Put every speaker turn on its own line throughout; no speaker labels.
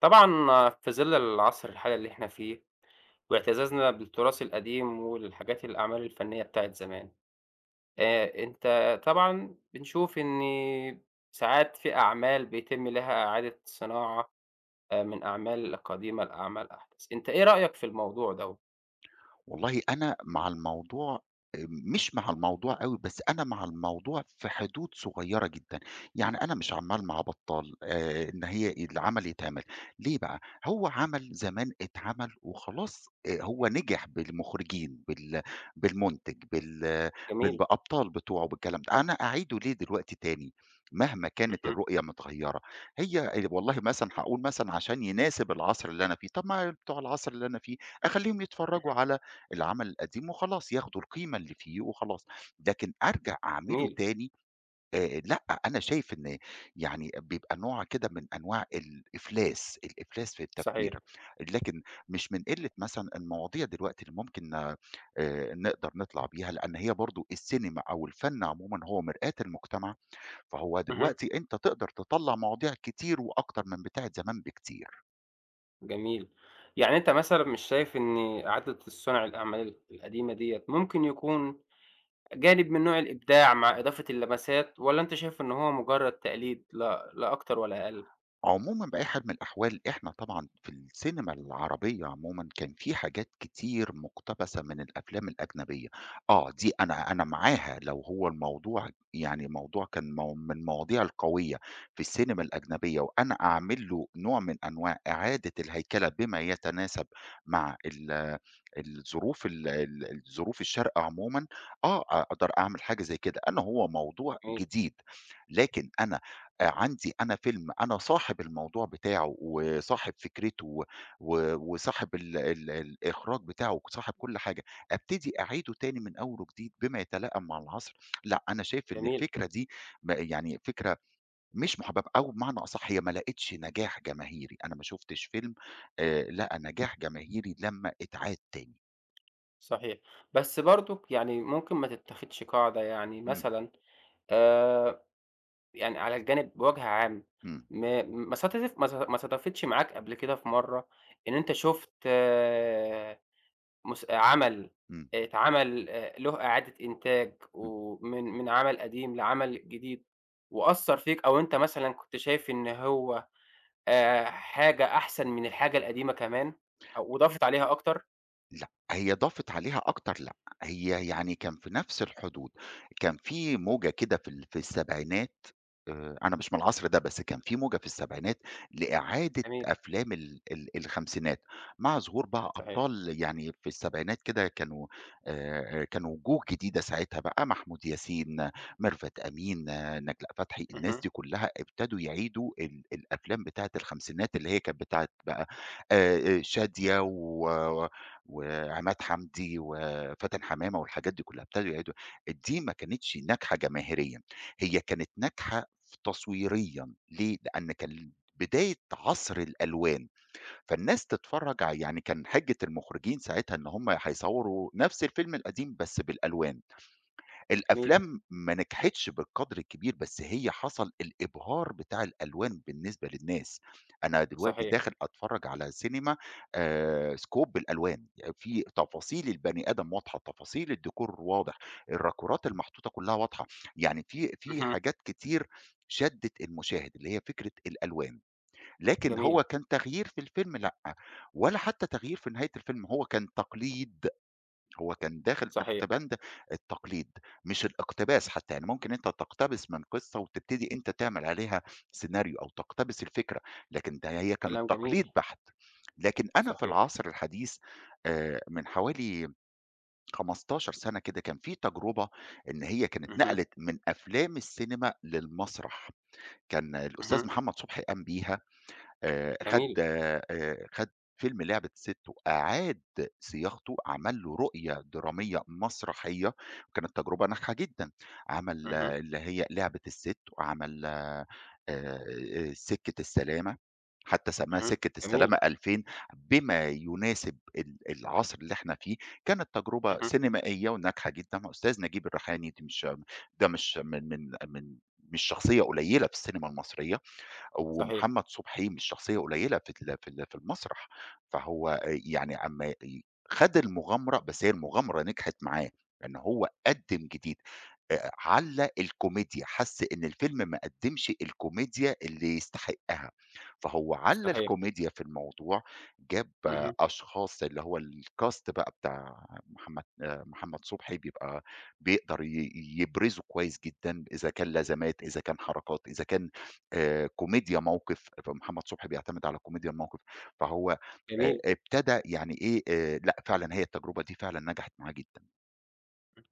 طبعًا في ظِل العصر الحالي اللي إحنا فيه، واعتزازنا بالتراث القديم والحاجات الأعمال الفنية بتاعة زمان، أنت طبعًا بنشوف إن ساعات في أعمال بيتم لها إعادة صناعة من أعمال قديمة لأعمال أحدث، أنت إيه رأيك في الموضوع دوّة؟
والله أنا مع الموضوع مش مع الموضوع أوي، بس أنا مع الموضوع في حدود صغيّرة جدًا، يعني أنا مش عمّال مع بطّال إن هي العمل يتعمل، ليه بقى؟ هو عمل زمان اتعمل وخلاص، هو نجح بالمُخرجين، بالمُنتج، بال بال
جميل.
بأبطال بتوعه، بالكلام ده، أنا أعيده ليه دلوقتي تاني مهما كانت
اهم.
الرؤية متغيّرة؟ هي والله مثلًا هاقول مثلًا عشان يناسب العصر اللي أنا فيه، طَب ما بتوع العصر اللي أنا فيه أخلّيهم يتفرّجوا
اهم.
على العمل القديم وخلاص، ياخدوا القيمة اللي فيه وخلاص، لكن أرجع أعمله
جميل.
تاني. لأ، أنا شايف إن يعني بيبقى نوع كده من أنواع الإفلاس، الإفلاس في
صحيح.
التفكير، لكن مش من قلة مثلًا المواضيع دلوقتي اللي ممكن نقدر نطلع بيها، لأن هي برضه السينما أو الفن عمومًا هو مرآة المجتمع، فهو
اهم.
دلوقتي أنت تقدر تطلّع مواضيع كتير وأكتر من بتاعة زمان بكتير.
جميل. يعني أنت مثلًا مش شايف إن إعادة الصنع الأعمال القديمة ديّة ممكن يكون جانب من نوع الإبداع مع إضافة اللمسات، والّا أنت شايف إن هو مجرد تقليد لا أكتر ولا أقل؟
عمومًا بأي حال من الأحوال، إحنا طبعًا في السينما العربية عمومًا كان في حاجات كتير مُقتبسة من الأفلام الأجنبية، آه، دي أنا معاها لو هو الموضوع يعني موضوع كان مو من المواضيع القوية في السينما الأجنبية، وأنا أعمل له نوع من أنواع إعادة الهيكلة بما يتناسب مع الظروف ال ال الظروف الشرق عمومًا، آه أقدر أعمل حاجة زي كده، أنا هو موضوع
جميل.
جديد، لكن أنا عندي أنا فيلم أنا صاحب الموضوع بتاعه، وصاحب فكرته و و وصاحب ال ال الإخراج بتاعه، وصاحب كل حاجة، أبتدي أعيده تاني من أول وجديد بما يتلائم مع العصر، لأ، أنا شايف إن
جميل.
الفكرة دي يعني فكرة مش محببة أو بمعنى أصح هي ما لقيتش نجاح جماهيري، أنا ما شُفتش فيلم لقى نجاح جماهيري لمّا اتعاد تاني.
صحيح. بس برضُك يعني ممكن ما تتّخدش قاعدة يعني
إمم،
مثلًا آآ، يعني على الجانب بوجه عام
إمم،
ما صادفتش معاك قبل كده في مرّة إن أنت شُفت عمل
إمم،
اتعمل له إعادة إنتاج
إمم.
ومن عمل قديم لعمل جديد وأثّر فيك أو أنت مثلًا كنت شايف إن هو حاجة أحسن من الحاجة القديمة كمان أو وضافت عليها أكتر.
لأ، هي ضافت عليها أكتر لأ، هي يعني كان في نفس الحدود، كان في موجة كده في في السبعينات. أنا مش من العصر ده، بس كان في موجة في السبعينات لإعادة
جميل.
أفلام ال ال الخمسينات، مع ظهور بقى
صحيح.
أبطال يعني في السبعينات كده كانوا كانوا وجوه جديدة ساعتها بقى، محمود ياسين، ميرفت أمين، آه، نجلاء فتحي، الناس
اهم.
دي كلها ابتدوا يعيدوا الأفلام بتاعة الخمسينات اللي هي كانت بتاعة بقى شادية وعماد حمدي وفاتن حمامة والحاجات دي كلها، ابتدوا يعيدوا. دي ما كانتش ناجحة جماهيريًا، هي كانت ناجحة تصويريًا، ليه؟ لأن كان بداية عصر الألوان، فالناس تتفرّج يعني كان حِجة المُخرجين ساعتها إن هم هيصوّروا نفس الفيلم القديم بس بالألوان.
جميل.
الأفلام ما نجحتش بالقدر الكبير، بس هي حصل الإبهار بتاع الألوان بالنسبة للناس، أنا دلوقتي
صحيح.
داخل أتفرّج على سينما scope بالألوان، يعني في تفاصيل البني آدم واضحة، تفاصيل الديكور واضح، الراكورات المحطوطة كلّها واضحة، يعني في
اهم.
حاجات كتير شدِّت المشاهد، اللي هي فكرة الألوان، لكن
جميل.
هو كان تغيير في الفيلم لأ، ولا حتى تغيير في نهاية الفيلم، هو كان تقليد. هو كان داخل تحت
صحيح.
بند التقليد، مش الاقتباس حتى، يعني ممكن أنت تقتبس من قصة وتبتدي أنت تعمل عليها سيناريو أو تقتبس الفكرة، لكن ده هي كانت
كلام
تقليد
جميل.
بحت. لكن أنا في
صحيح.
العصر الحديث من حوالي 15 سَنة كده كان في تجربة إن هي كانت
اهم.
نقلت من أفلام السينما للمسرح، كان
اهم.
الأستاذ محمد صبحي قام بيها،
جميل.
خَد فيلم لعبة سِت وأعاد صياغته، عمل له رؤية درامية مسرحية، وكانت تجربة ناجحة جدًا. عمل
اهم.
آه، اللي هي لعبة السِت، وعمل سِكّة السلامة، حتى سمّاها
اهم.
سِكّة
جميل.
السلامة 2000 بما يناسب العصر اللي إحنا فيه. كانت تجربة
اهم.
سينمائية وناجحة جدًا. أستاذ نجيب الريحاني دي مش، ده مش من من من مش شخصية قليلة في السينما المصرية.
صحيح.
ومحمد صبحي مش شخصية قليلة في ال في ال في المسرح، فهو يعني أمّا ي خَد المغامرة، بس هي المغامرة نجحت معاه، إن هو قدّم جديد. علّى الكوميديا، حَس إن الفيلم ما قدّمش الكوميديا اللي يستحقها، فهو علّى
صحيح.
الكوميديا في الموضوع، جاب
اهم.
أشخاص اللي هو الcast بقى بتاع محمد، محمد صبحي بيبقى بيقدر ي يبرزه كويس جدًا، إذا كان لازمات، إذا كان حركات، إذا كان كوميديا موقِف، فمحمد صبحي بيعتمد على كوميديا الموقِف، فهو
جميل.
ابتدى يعني إيه، لأ فعلًا هي التجربة دي فعلًا نجحت معاه جدًا.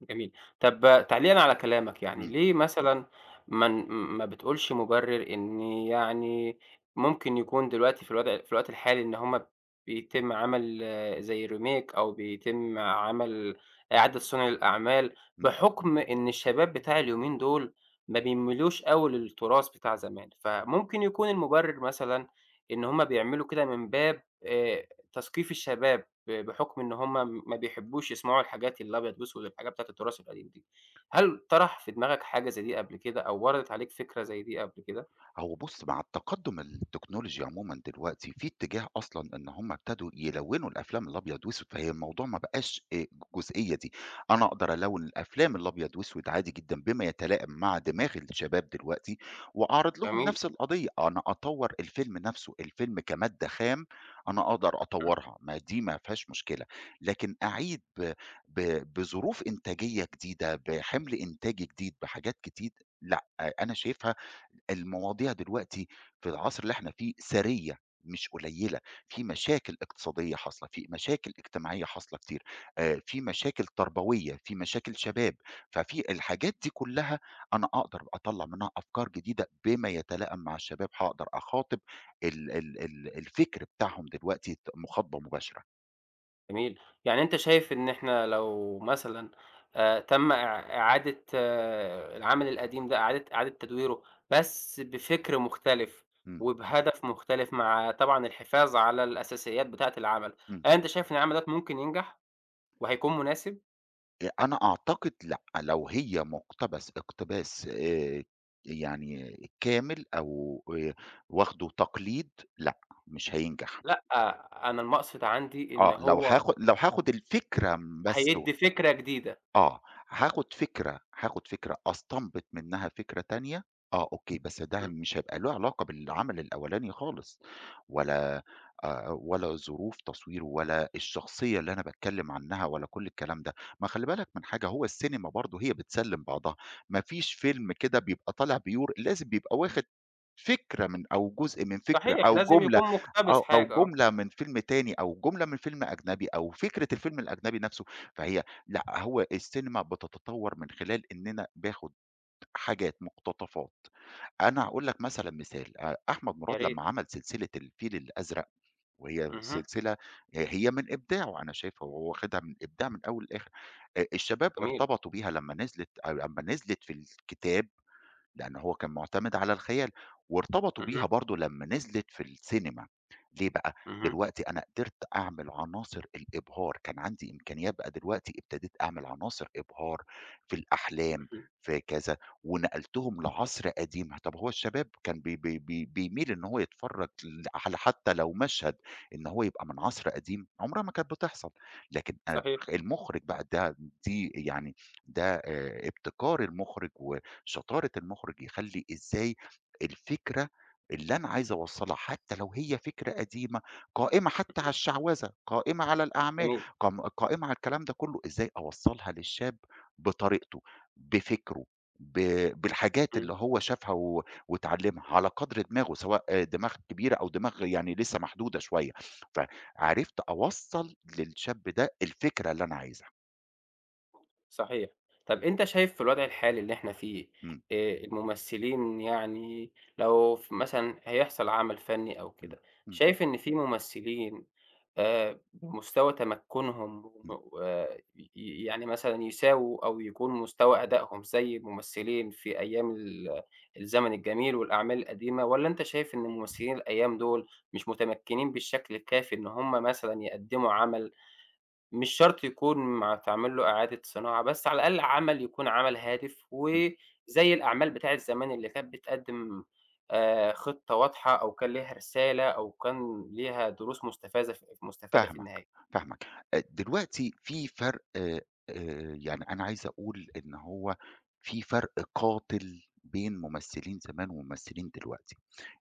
جميل. طب تعليقًا على كلامك يعني،
إمم،
ليه مثلًا ما بتقولش مبرر إن يعني ممكن يكون دلوقتي في الوضع في الوقت الحالي إن هُم بيتم عمل زي remake أو بيتم عمل إعادة صنع للأعمال،
إمم.
بحكم إن الشباب بتاع اليومين دول ما بيميلوش أوي للتراث بتاع زمان، فممكن يكون المبرر مثلًا إن هُم بيعملوا كده من باب تثقيف الشباب. بحُكم إن هم ما بيحبّوش يسمعوا الحاجات الأبيض وأسود، الحاجات بتاعة التراث القديم دي. هل طرَح في دماغك حاجة زي دي قبل كده أو وردت عليك فكرة زي دي قبل كده؟
هو بُص، مع التقدُّم التكنولوجي عمومًا دلوقتي، في اتجاه أصلًا إن هم ابتدوا يلوّنوا الأفلام الأبيض وأسود، فهي الموضوع ما بقاش الجزئية دي، أنا أقدر ألوّن الأفلام الأبيض وأسود عادي جدًا بما يتلائم مع دماغ الشباب دلوقتي وأعرض لهم
جميل.
نفس القضية، أنا أطوّر الفيلم نفسه، الفيلم كمادة خام أنا أقدر
إمم.
أطوّرها، ما دي ما فيهاش مشكلة، لكن أعيد ب ب بظروف إنتاجية جديدة، بحِمْل إنتاجي جديد، بحاجات جديد. لأ، أنا شايفها المواضيع دلوقتي في العصر اللي إحنا فيه ثرية مش قليلة، في مشاكل اقتصادية حاصلة، في مشاكل اجتماعية حاصلة كتير، في مشاكل تربوية، في مشاكل شباب، ففي الحاجات دي كلّها أنا أقدر أطلّع منها أفكار جديدة بما يتلائم مع الشباب، هاقدر أخاطب ال ال ال الفكر بتاعهم دلوقتي مخاطبة مباشرة.
جميل. يعني أنت شايف إن إحنا لو مثلًا تم إعادة العمل القديم ده إعادة تدويره، بس بفِكر مختلف
إمم،
وبهدف مختلف مع طبعًا الحفاظ على الأساسيات بتاعة العمل،
إمم.
هل أنت شايف إن العمل دوّة ممكن ينجح وهيكون مناسب؟
أنا أعتقد لأ، لو هي مُقتبس اقتباس يعني كامل أو واخده تقليد لأ، مش هينجح.
لأ، أنا المقصد عندي إن
آه،
هو
لو هاخد الفكرة بس.
هيدّي فكرة جديدة.
آه، هاخد فكرة، هاخد فكرة أستنبط منها فكرة تانية، آه أوكي، بس ده
اهم.
مش هيبقى له علاقة بالعمل الأولاني خالص، ولا ولا ظروف تصويره ولا الشخصية اللي أنا باتكلم عنها ولا كل الكلام ده، ما خلّي بالك من حاجة، هو السينما برضه هي بتسلّم بعضها، ما فيش فيلم كده بيبقى طالع بيور لازم بيبقى واخد فكرة من أو جزء من فكرة
صحيح،
أو
لازم
جملة
يكون مُقتبس
أو
حاجة.
جملة من فيلم تاني أو جملة من فيلم أجنبي أو فكرة الفيلم الأجنبي نفسه، فهي لأ، هو السينما بتتطور من خلال إننا باخد حاجات، مقتطفات. أنا هاقول لك مثلًا مثال، أحمد
يا
مراد لمّا
ريت.
عمل سلسلة الفيل الأزرق، وهي
اهم.
سلسلة آه، هي من إبداعه، أنا شايفها وهو واخدها من إبداع من أول لآخر. الشباب
جميل.
ارتبطوا بيها لمّا نزلت أو لمّا نزلت في الكتاب لأن هو كان مُعتمد على الخيال، وارتبطوا بيها
اهم.
برضه لمّا نزلت في السينما، ليه بقى؟
اهم.
دلوقتي أنا قدرت أعمل عناصر الإبهار، كان عندي إمكانيات بقى دلوقتي ابتديت أعمل عناصر إبهار في الأحلام،
اهم.
في كذا، ونقلتهم لعصر قديم، طَب هو الشباب كان بي بي بي بيميل إن هو يتفرّج على حتى لو مشهد إن هو يبقى من عصر قديم، عمرها ما كانت بتحصل، لكن
صحيح.
المُخرج بقى ده دي يعني ده ابتكار المُخرج شطارة المُخرِج يخلّي إزاي الفكرة اللي أنا عايز أوصّلها حتى لو هي فكرة قديمة، قائمة حتى على
اهم.
الشعوذة، قائمة على الأعمال،
جميل.
قائمة على الكلام ده كلّه، إزاي أوصّلها للشاب بطريقته، بفكره، ب بالحاجات اللي
إمم.
هو شافها واتعلّمها، على قدْر دماغه سواء آه، دماغ كبيرة أو دماغ يعني لسه محدودة شوية، فعرفت أوصّل للشاب ده الفكرة اللي أنا عايزها.
صحيح. طَب أنت شايف في الوضع الحالي اللي إحنا فيه،
إمم،
الممثلين يعني لو مثلًا هيحصل عمل فني أو
إمم،
كده،
إمم،
شايف إن في ممثلين مستوى تمكنهم وآآ ي ي يعني مثلًا يساووا أو يكون مستوى أدائهم زي الممثلين في أيام الزمن الجميل والأعمال القديمة، والّا أنت شايف إن
إمم.
الممثلين الأيام دول مش متمكنين بالشكل الكافي إن هم مثلًا يقدموا عمل مش شرط يكون مع تعمل له إعادة صناعة، بس على الأقل عمل يكون عمل هادف، وزي الأعمال بتاعة زمان اللي كانت بتقدّم خطة واضحة، أو كان ليها رسالة، أو كان ليها دروس مستفازة ف مستفادة في
فاهمك،
النهاية.
فاهمك. دلوقتي في فرق، يعني أنا عايز أقول إن هو في فرق قاتل بين ممثلين زمان وممثلين دلوقتي،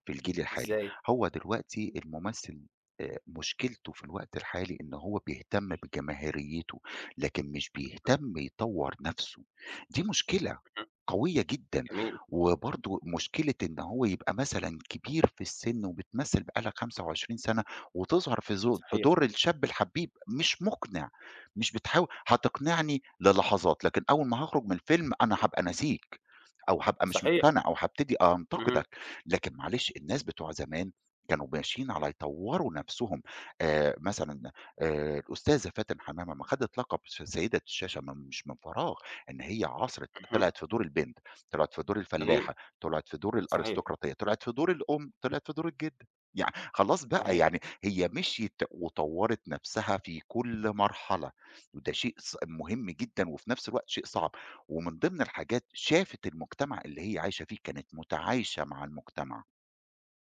في الجيل الحالي.
إزاي؟
هو دلوقتي الممثل مشكلته في الوقت الحالي إن هو بيهتم بجماهيريته، لكن مش بيهتم يطوّر نَفْسه. دي مشكلة
اهم.
قوية جدًا،
جميل.
وبرضه مشكلة إن هو يبقى مثلًا كبير في السِن وبتمثل بقى لك 25 سَنة وتظهر في زو في
صحيح.
دور الشاب الحبيب، مش مقنع، مش بتحاول هتقنعني للحظات، لكن أول ما هاخرج من الفيلم أنا هابقى ناسيك، أو هابقى مش
صحيح.
مقتنع، أو هابتدي
اهم.
أنتقدك، لكن معلش الناس بتوع زمان كانوا ماشيين على يطوروا نفسهم، مثلًا الأستاذة فاتن حمامة ما خدت لقب سيدة الشاشة من مش من فراغ، إن هي عاصرت
اهم.
طلعت في دور البنت، طلعت في دور
جميل.
الفلاحة، طلعت في دور
صحيح.
الأرستقراطية، طلعت في دور الأم، طلعت في دور الجدة، يع خلاص بقى
صحيح.
يعني هي مشيت وطوّرت نفسها في كل مرحلة، وده شيء مهم جدًا وفي نفس الوقت شيء صعب، ومن ضمن الحاجات شافت المجتمع اللي هي عايشة فيه، كانت متعايشة مع المجتمع.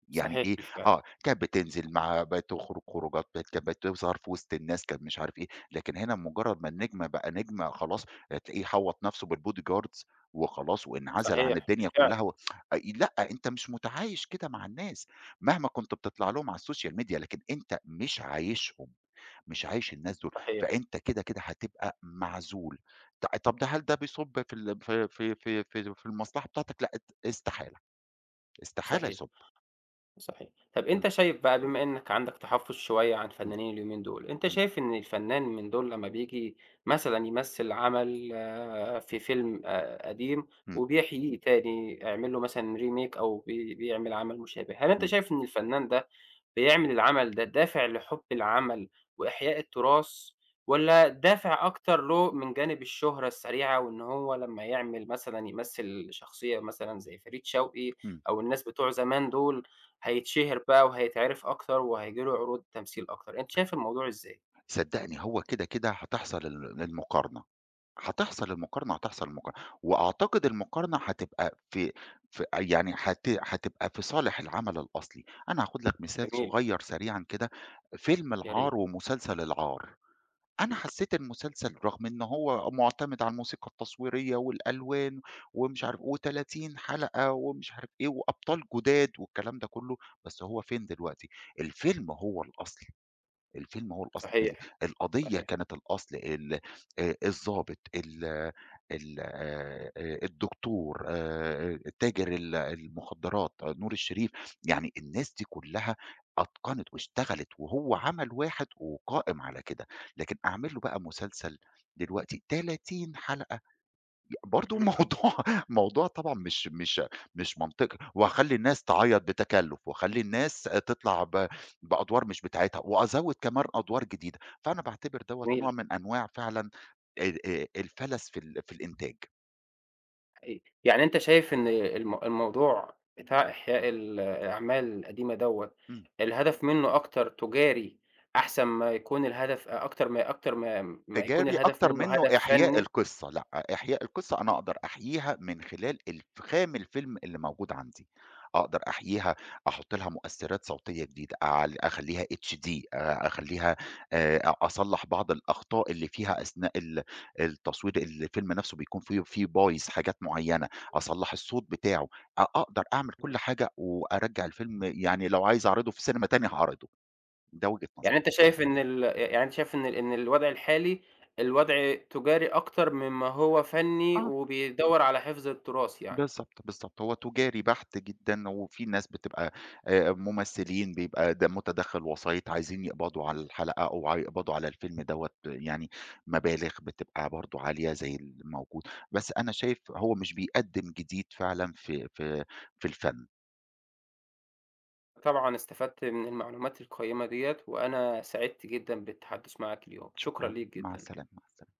يعني
صحيح
إيه،
بالفعل.
آه، كانت بتنزل مع بتخرج خروجات، كانت بتظهر في وسط الناس، كانت مش عارف إيه، لكن هنا مجرد ما النجم بقى نجم خلاص تلاقيه حوّط نفسه بالbody guards وخلاص وانعزل عن
صحيح.
الدنيا
بالفعل.
كلها أ لأ، أنت مش متعايش كده مع الناس، مهما كنت بتطلع لهم على الSocial media لكن أنت مش عايشهم، مش عايش الناس دول،
صحيح.
فأنت كده، كده هتبقى معزول. طب ده هل ده بيصُب في ال في في في في في المصلحة بتاعتك؟ لأ، استحالة، استحالة
صحيح.
يصُب.
صحيح. طَب
إمم،
أنت شايف بقى بما إنّك عندك تحفُّظ شوية عن
إمم،
فنانين اليومين دول، أنت
إمم.
شايف إن الفنان من دول لمّا بييجي مثلًا يمثّل عمل في فيلم قديم
إمم،
وبيحييه تاني، يعمل له مثلًا remake أو بيعمل عمل مشابه، هل أنت
إمم،
شايف إن الفنان ده بيعمل العمل ده دافع لحُب العمل وإحياء التراث، والّا دافع أكتر له من جانب الشهرة السريعة، وإن هو لمّا يعمل مثلًا يمثّل شخصية مثلًا زي فريد شوقي
إمم،
أو الناس بتوع زمان دول، هيتشهر بقى وهيتعرف أكتر وهييجي له عروض تمثيل أكتر، أنت شايف الموضوع إزاي؟
صدّقني هو كده، كده هتحصل المقارنة، هتحصل المقارنة، هتحصل المقارنة، وأعتقد المقارنة هتبقى في في يعني هتبقى في صالح العمل الأصلي، أنا هاخد لك مثال
جميل.
صغير سريعًا كده، فيلم
يا ريت.
العار ومسلسل العار، أنا
إمم.
حسّيت المسلسل رغم إن هو مُعتمد على الموسيقى التصويرية والألوان ومش عارف و30 حلقة ومش عارف إيه وأبطال جُداد والكلام ده كلّه، بس هو فين دلوقتي؟ الفيلم هو الأصلي. الفيلم هو الأصل،
صحيح.
القضية
صحيح.
كانت الأصل، ال الضابط، ال ال الدكتور، تاجر المخدرات، آه، نور الشريف، يعني الناس دي كلها أتقنت واشتغلت، وهو عمل واحد وقائم على كده، لكن أعمل له بقى مسلسل دلوقتي 30 حلقة، برضه موضوع
اهم.
موضوع طبعًا مش منطقي، وهاخلّي الناس تعيّط بتكلُّف، واخلّي الناس تطلع بأدوار مش بتاعتها، وأزوّد كمان أدوار جديدة، فأنا باعتبر دوّة نوع
جميل.
من أنواع فعلًا ال الفَلَس في في الإنتاج.
أي يعني أنت شايف إن الموضوع بتاع إحياء الأعمال القديمة دوّة،
إمم.
الهدف منّه أكتر تجاري أحسن ما يكون الهدف أ أكتر ما أكتر ما ما يكون
تجاري
الهدف
أكتر
منّه
منّه
هدف
إحياء
فني.
القصّة، لأ، إحياء القصّة أنا أقدر أحييها من خلال الفخام الفيلم اللي موجود عندي، أقدر أحييها، أحُط لها مؤثّرات صوتية جديدة، أخلّيها HD، أخلّيها أصلّح بعض الأخطاء اللي فيها أثناء التصوير، الفيلم نَفْسه بيكون فيه بايظ حاجات معيّنة، أصلّح الصوت بتاعه، أقدر أعمل كل
إمم.
حاجة وأرجّع الفيلم يعني لو عايز أعرضه في سينما تاني هاعرضه، ده وجهة
يعني
نظري.
أنت شايف إن ال يعني أنت شايف إن ال إن الوضع الحالي تجاري أكتر مما هو فني
آه.
وبيدوّر على حفظ التراث يعني.
بالضبط، بالضبط، هو تجاري بحت جدًا، وفي ناس بتبقى ممثلين بيبقى ده متداخل وسيط عايزين يقبضوا على الحلقة أو يقبضوا على الفيلم دوّة، يعني مبالغ بتبقى برضه عالية زي الموجود، بس أنا شايف هو مش بيقدم جديد فعلًا في الفن.
طبعًا استفدت من المعلومات القيّمة ديّة، وأنا سعدت جدًا بالتحدث معاك اليوم، شكرًا
شكرًا،
ليك
مع
جدًا.
السلامة، مع السلامة.